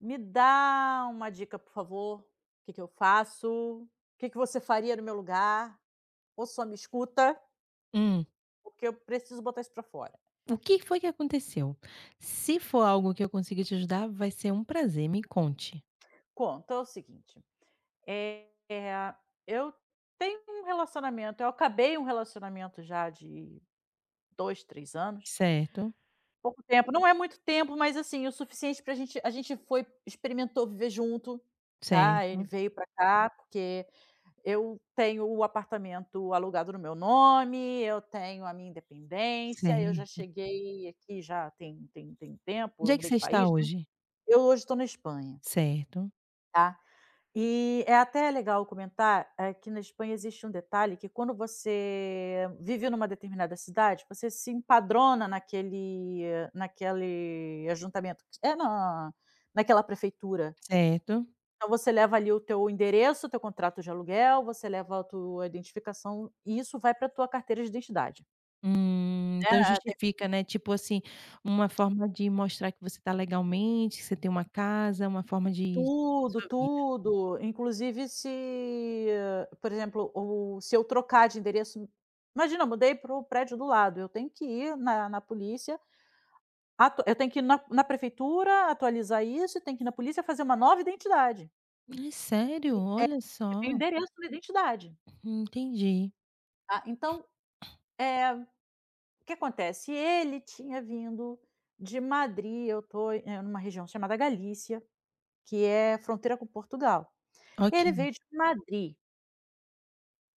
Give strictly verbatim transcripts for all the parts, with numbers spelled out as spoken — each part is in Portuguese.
Me dá uma dica, por favor. O Que que eu faço? O Que que você faria no meu lugar? Ou só me escuta, Hum, porque eu preciso botar isso para fora. o que foi que aconteceu? Se for algo que eu consiga te ajudar, vai ser um prazer, me conte. Conta, é o seguinte, eh, eu tenho um relacionamento eu acabei um relacionamento já de dois, três anos, Certo, pouco tempo, não é muito tempo, mas assim, o suficiente pra gente, a gente foi experimentou viver junto. Tá, ele certo, veio pra cá, porque eu tenho o apartamento alugado no meu nome, eu tenho a minha independência, eu já certo. cheguei aqui já tem tem tem tempo, Onde eu é que mudei você de está país, né. hoje? Eu hoje estou na Espanha. Certo, Tá. E é até legal comentar, eh, que na Espanha existe um detalhe que, quando você vive numa determinada cidade, você se empadrona naquele naquele ajuntamento, é na naquela prefeitura. certo. Então você leva ali o teu endereço, teu contrato de aluguel, você leva a tua identificação e isso vai para tua carteira de identidade, Hum, né. então Ah, tem justifica, né, tipo assim, uma forma de mostrar que você está legalmente, que você tem uma casa, uma forma de ter tudo, sua vida. tudo, inclusive se, por exemplo, o se eu trocar de endereço. Imagina, eu mudei para o prédio do lado, eu tenho que ir na na polícia, atu eu tenho que ir na na prefeitura atualizar isso e tenho que ir na polícia fazer uma nova identidade, É sério? Olha porque tem o só, endereço da identidade. entendi. Ah, então, eh o que acontece? Ele tinha vindo de Madrid, eu estou em uma região chamada Galícia, que é fronteira com Portugal. Ele veio Ok. de Madrid.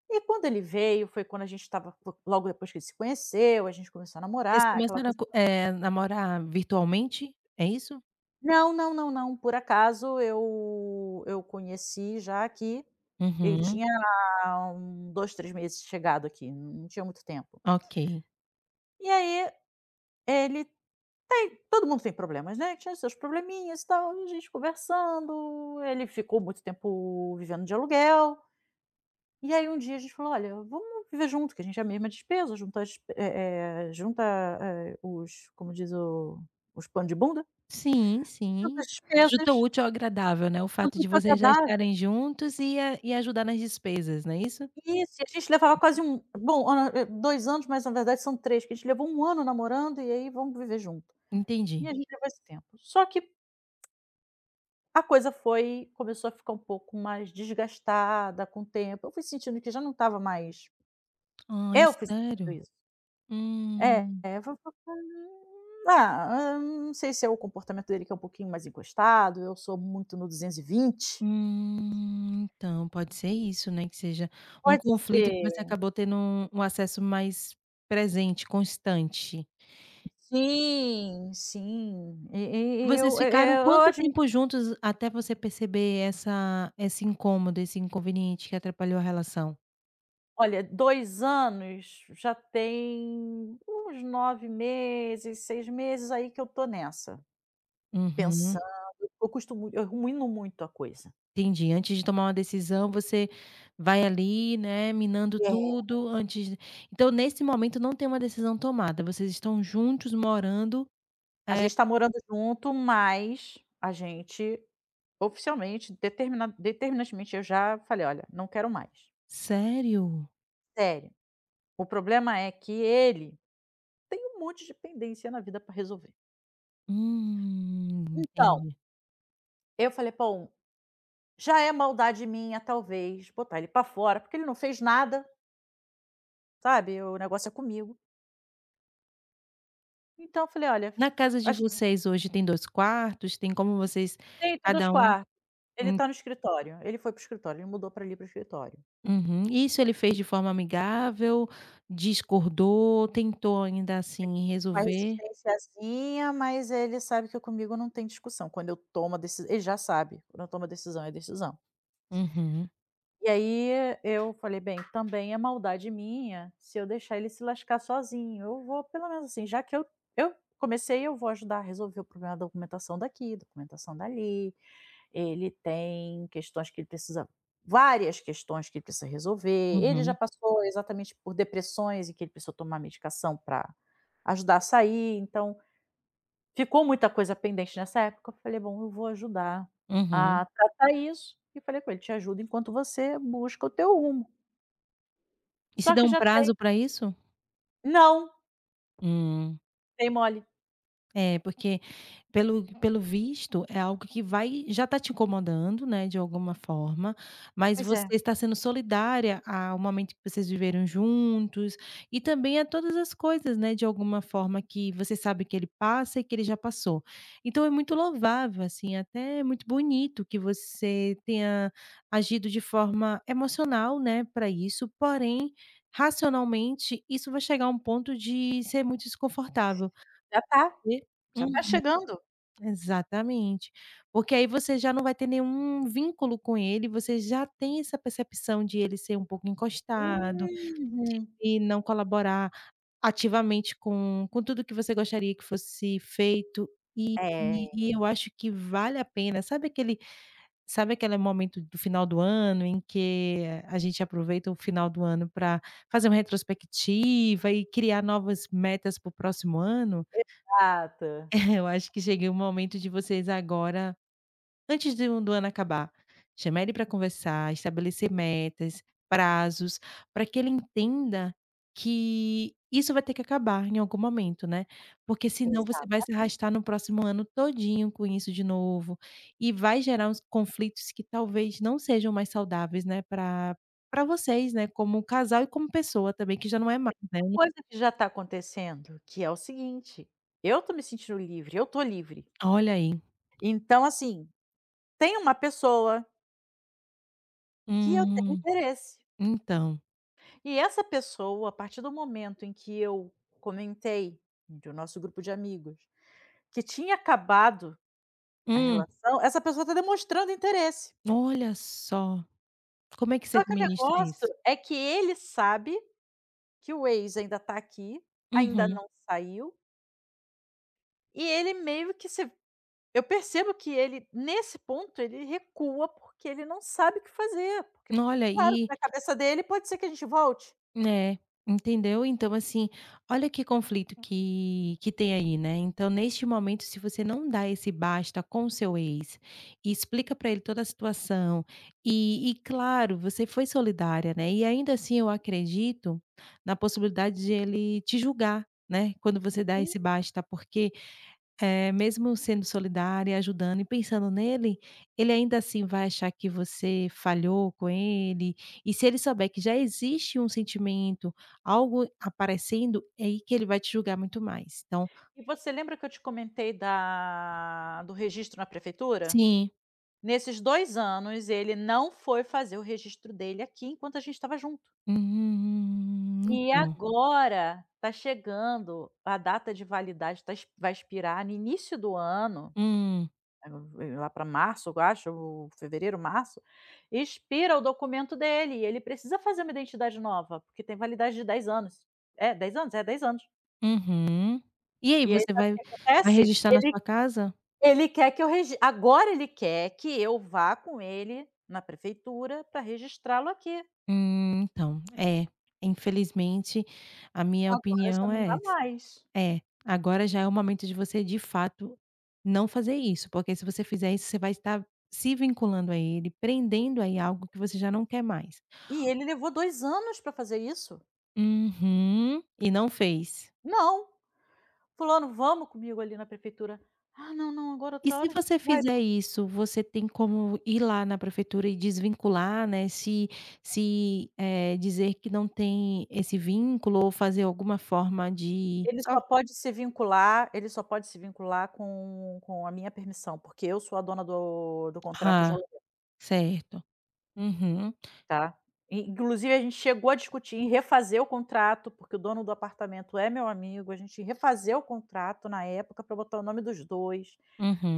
E quando ele veio, foi quando a gente estava logo depois que ele se conheceu, a gente começou a Vocês namorar, aquela começaram a coisa. co eh, namorar virtualmente, é isso? Não, não, não, não, por acaso eu eu conheci já aqui, ele Uhum, tinha um dois, três meses chegado aqui, não tinha muito tempo. ok. E aí, ele todo mundo tem problemas, né, tinha seus probleminhas e tal, e a gente conversando, ele ficou muito tempo vivendo de aluguel, e aí um dia a gente falou: "Olha, vamos viver junto, que a gente é a mesma despesa, junta as eh eh, junta, eh, os, como diz, o os panos de bunda, Sim, junta as sim. despesas, Junta o útil ao agradável, né, o tanto fato de útil vocês já agradável". estarem juntos e a e ajudar nas despesas, não é isso? Isso, e a gente levava quase um bom, hã, eh, dois anos, mas na verdade são três, que a gente levou um ano namorando, e aí vamos viver junto. E a Entendi. gente levou esse tempo. Só que a coisa foi começou a ficar um pouco mais desgastada com o tempo, eu fui sentindo que já não estava mais. Ai, Eu fui sério? sentindo isso. É, Hum, é, eu fa- fa- fa- ah, hum, não sei se é o comportamento dele, que é um pouquinho mais encostado, eu sou muito no duzentos e vinte. hum, então pode ser isso, né, que seja um Pode conflito que você ser. acabou tendo um um acesso mais presente, constante. Sim, sim. E e e Vocês eu eu ficaram eu quanto admi tempo juntos até você perceber essa esse incômodo, esse inconveniente que atrapalhou a relação? Olha, dois anos já tem uns nove meses, seis meses aí que eu tô nessa. Uhum. Pensando, eu costumo eu rumino muito a coisa. Entendi. Antes de tomar uma decisão, você vai ali, né, minando É. tudo antes de então nesse momento não tem uma decisão tomada, vocês estão juntos morando A gente tá morando junto, mas a gente, oficialmente, determina determinantemente eu já falei: "Olha, não quero mais, sério? sério". O problema é que ele tem um monte de pendência na vida pra resolver. Hum, Então, entendi. eu falei: "Bom, já é maldade minha talvez botar ele pra fora, porque ele não fez nada, sabe, o negócio é comigo". Então eu falei: "Olha, Na casa de a gente vocês hoje tem dois quartos? Tem como vocês tem aqui dois cada um quartos, ele hum, tá no escritório, ele foi para o escritório, ele mudou pra ali, para o escritório". uhum. Isso ele fez de forma amigável? Discordou? Tentou ainda, assim, Uma resolver? resistênciazinha, mas ele sabe que comigo não tem discussão, quando eu tomo a deci ele já sabe, quando eu tomo a decisão, é decisão. Uhum, E aí eu falei: "Bem, também é maldade minha se eu deixar ele se lascar sozinho, eu vou, pelo menos, assim, já que eu eu comecei, eu vou ajudar a resolver o problema da documentação daqui, documentação dali, ele tem questões que ele precisa várias questões que ele precisa resolver, ele já uhum, passou exatamente por depressões e que ele precisou tomar medicação para ajudar a sair. Então ficou muita coisa pendente nessa época, eu falei: "Bom, eu vou ajudar uhum. a tratar isso", e falei com ele: "Te ajudo enquanto você busca o teu rumo". E se Só dá que um já tem prazo para isso? não, Hum. dei mole. É, porque pelo pelo visto é algo que vai já está te incomodando, né, de alguma forma, mas Pois é, você está sendo solidária ao momento que vocês viveram juntos e também a todas as coisas, né, de alguma forma que você sabe que ele passa e que ele já passou. Então é muito louvável, assim, até é muito bonito que você tenha agido de forma emocional, né, para isso, porém, racionalmente, isso vai chegar a um ponto de ser muito desconfortável. já tá, E já tá uhum. chegando. Exatamente. Porque aí você já não vai ter nenhum vínculo com ele, você já tem essa percepção de ele ser um pouco encostado Uhum. e não colaborar ativamente com com tudo que você gostaria que fosse feito. E É, e Eu acho que vale a pena. Sabe aquele sabe aquele momento do final do ano em que a gente aproveita o final do ano para fazer uma retrospectiva e criar novas metas para o próximo ano? exato, Eu acho que cheguei o momento de vocês agora Antes do do ano acabar, chamar ele para conversar, estabelecer metas, prazos, para que ele entenda que isso vai ter que acabar em algum momento, né, porque senão você vai exato. se arrastar no próximo ano todinho com isso de novo, e vai gerar uns conflitos que talvez não sejam mais saudáveis, né, para para vocês, né, como casal e como pessoa também, que já não é mais, né. Uma coisa que já tá acontecendo, que é o seguinte, eu tô me sentindo livre, eu tô livre. Olha aí. Então, assim, tem uma pessoa que eu tenho Hum, interesse. então. E essa pessoa, a partir do momento em que eu comentei, do nosso grupo de amigos, que tinha acabado a Hum, relação, essa pessoa está demonstrando interesse. olha só. Como é que você Só que o administra negócio isso? é que ele sabe que o ex ainda está aqui, ainda Uhum. não saiu, e ele meio que se eu percebo que ele, nesse ponto, ele recua, porque ele não sabe o que fazer, porque, Olha claro, e na cabeça dele, pode ser que a gente volte. né, entendeu? Então assim, olha que conflito que que tem aí, né, então neste momento se você não dá esse basta com o seu ex, e explica para ele toda a situação, e e claro, você foi solidária, né, e ainda assim eu acredito na possibilidade de ele te julgar, né, quando você dá Sim. esse basta, porque é, mesmo sendo solidária, ajudando e pensando nele, ele ainda assim vai achar que você falhou com ele. E se ele souber que já existe um sentimento, algo aparecendo, é aí que ele vai te julgar muito mais. Então, E você lembra que eu te comentei da do registro na prefeitura? sim. Nesses dois anos, ele não foi fazer o registro dele aqui enquanto a gente estava junto. Hum, E então. agora está chegando a data de validade. Tá ex Vai expirar no início do ano, Hum, eh, lá para março, eu acho, ou fevereiro, março, expira o documento dele e ele precisa fazer uma identidade nova, porque tem validade de dez anos. É, dez anos? É, dez anos. uhum. E aí, E aí você sabe o vai que vai acontece? registrar na Ele sua casa? ele quer que eu regi agora ele quer que eu vá com ele na prefeitura para registrá-lo aqui. Hum, então, é, infelizmente a minha Agora já opinião não é dá essa. mais. É, agora já é o momento de você, de fato, não fazer isso, porque se você fizer isso, você vai estar se vinculando a ele, prendendo aí algo que você já não quer mais. E ele levou dois anos para fazer isso. "Uhum", e não fez. "Não, fulano, vamos comigo ali na prefeitura". "Ah, não, não, agora E outra se hora a gente você vai". fizer isso, você tem como ir lá na prefeitura e desvincular, né, se se, eh, dizer que não tem esse vínculo ou fazer alguma forma de Ele só só pode se vincular ele só pode se vincular com com a minha permissão, porque eu sou a dona do do contrato de. ah, certo. Uhum, Tá. E inclusive a gente chegou a discutir em refazer o contrato, porque o dono do apartamento é meu amigo, a gente refazia o contrato na época para botar o nome dos dois,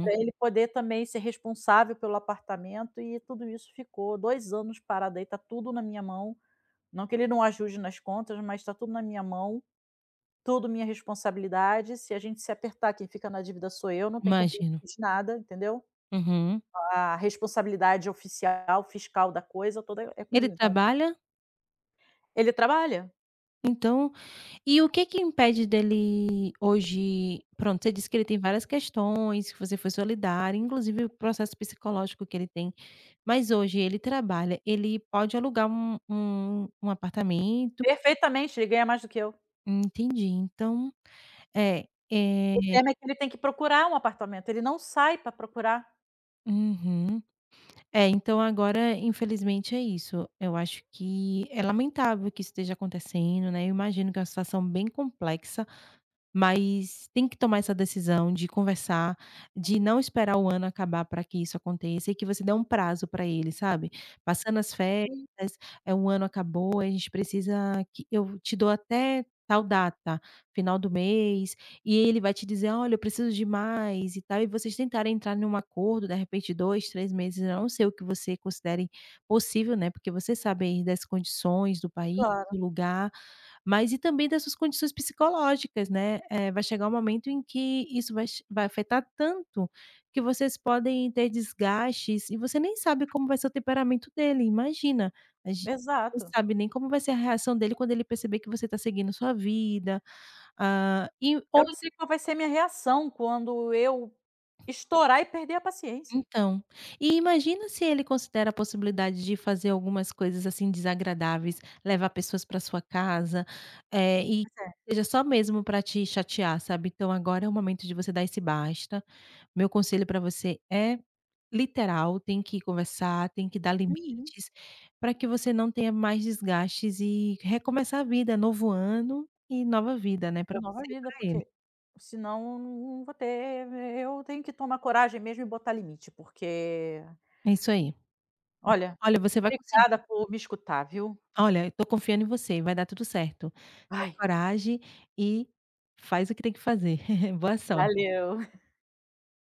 para ele poder também ser responsável pelo apartamento, e tudo isso ficou dois anos parado aí, tá tudo na minha mão. Não que ele não ajude nas contas, mas está tudo na minha mão, tudo minha responsabilidade, se a gente se apertar, quem fica na dívida sou eu, não tem com quem imagino. dividir nada, entendeu. Uhum. A responsabilidade oficial, fiscal da coisa toda é Ele comigo, então trabalha? ele trabalha. Então, e o que que impede dele hoje pronto, você disse que ele tem várias questões, que você foi solidária, inclusive o processo psicológico que ele tem, mas hoje ele trabalha, ele pode alugar um um um apartamento Perfeitamente, ele ganha mais do que eu. entendi, então é, é, O tema é que ele tem que procurar um apartamento, ele não sai pra procurar. uhum. É, então agora infelizmente é isso, eu acho que é lamentável que isso esteja acontecendo, né, eu imagino que é uma situação bem complexa, mas tem que tomar essa decisão de conversar, de não esperar o ano acabar para que isso aconteça e que você dê um prazo para ele, sabe. Passando as férias, Sim, é um ano acabou, a gente precisa que eu te dou até tal data, final do mês", e ele vai te dizer: "Olha, eu preciso de mais e tal", e vocês tentarem entrar num acordo, de repente dois, três meses, eu não sei o que você considere possível, né, porque você sabe aí das condições do país, claro. do lugar. Mas e também das suas condições psicológicas, né, eh, vai chegar um momento em que isso vai che vai afetar tanto, que vocês podem ter desgastes e você nem sabe como vai ser o temperamento dele, imagina, a gen não Exato. sabe nem como vai ser a reação dele quando ele perceber que você está seguindo sua vida, ah, e Eu ou não sei qual vai ser minha reação quando eu estourar e perder a paciência. então, e imagina se ele considera a possibilidade de fazer algumas coisas, assim, desagradáveis, levar pessoas para sua casa, eh, e Pois é. seja só mesmo para te chatear, sabe. Então agora é o momento de você dar esse basta. Meu conselho para você é literal, tem que conversar, tem que dar Uhum. limites, para que você não tenha mais desgastes e recomeçar a vida, novo ano e nova vida, né, para Nova você e vida, para ele. porque senão não vou ter. Eu tenho que tomar coragem mesmo e botar limite, porque, É isso aí. olha, Olha, você vai conseguir. obrigada por me escutar, viu. Olha, eu tô confiando em você, vai dar tudo certo. Tenha Ai, coragem e faz o que tem que fazer. Boa sorte. valeu.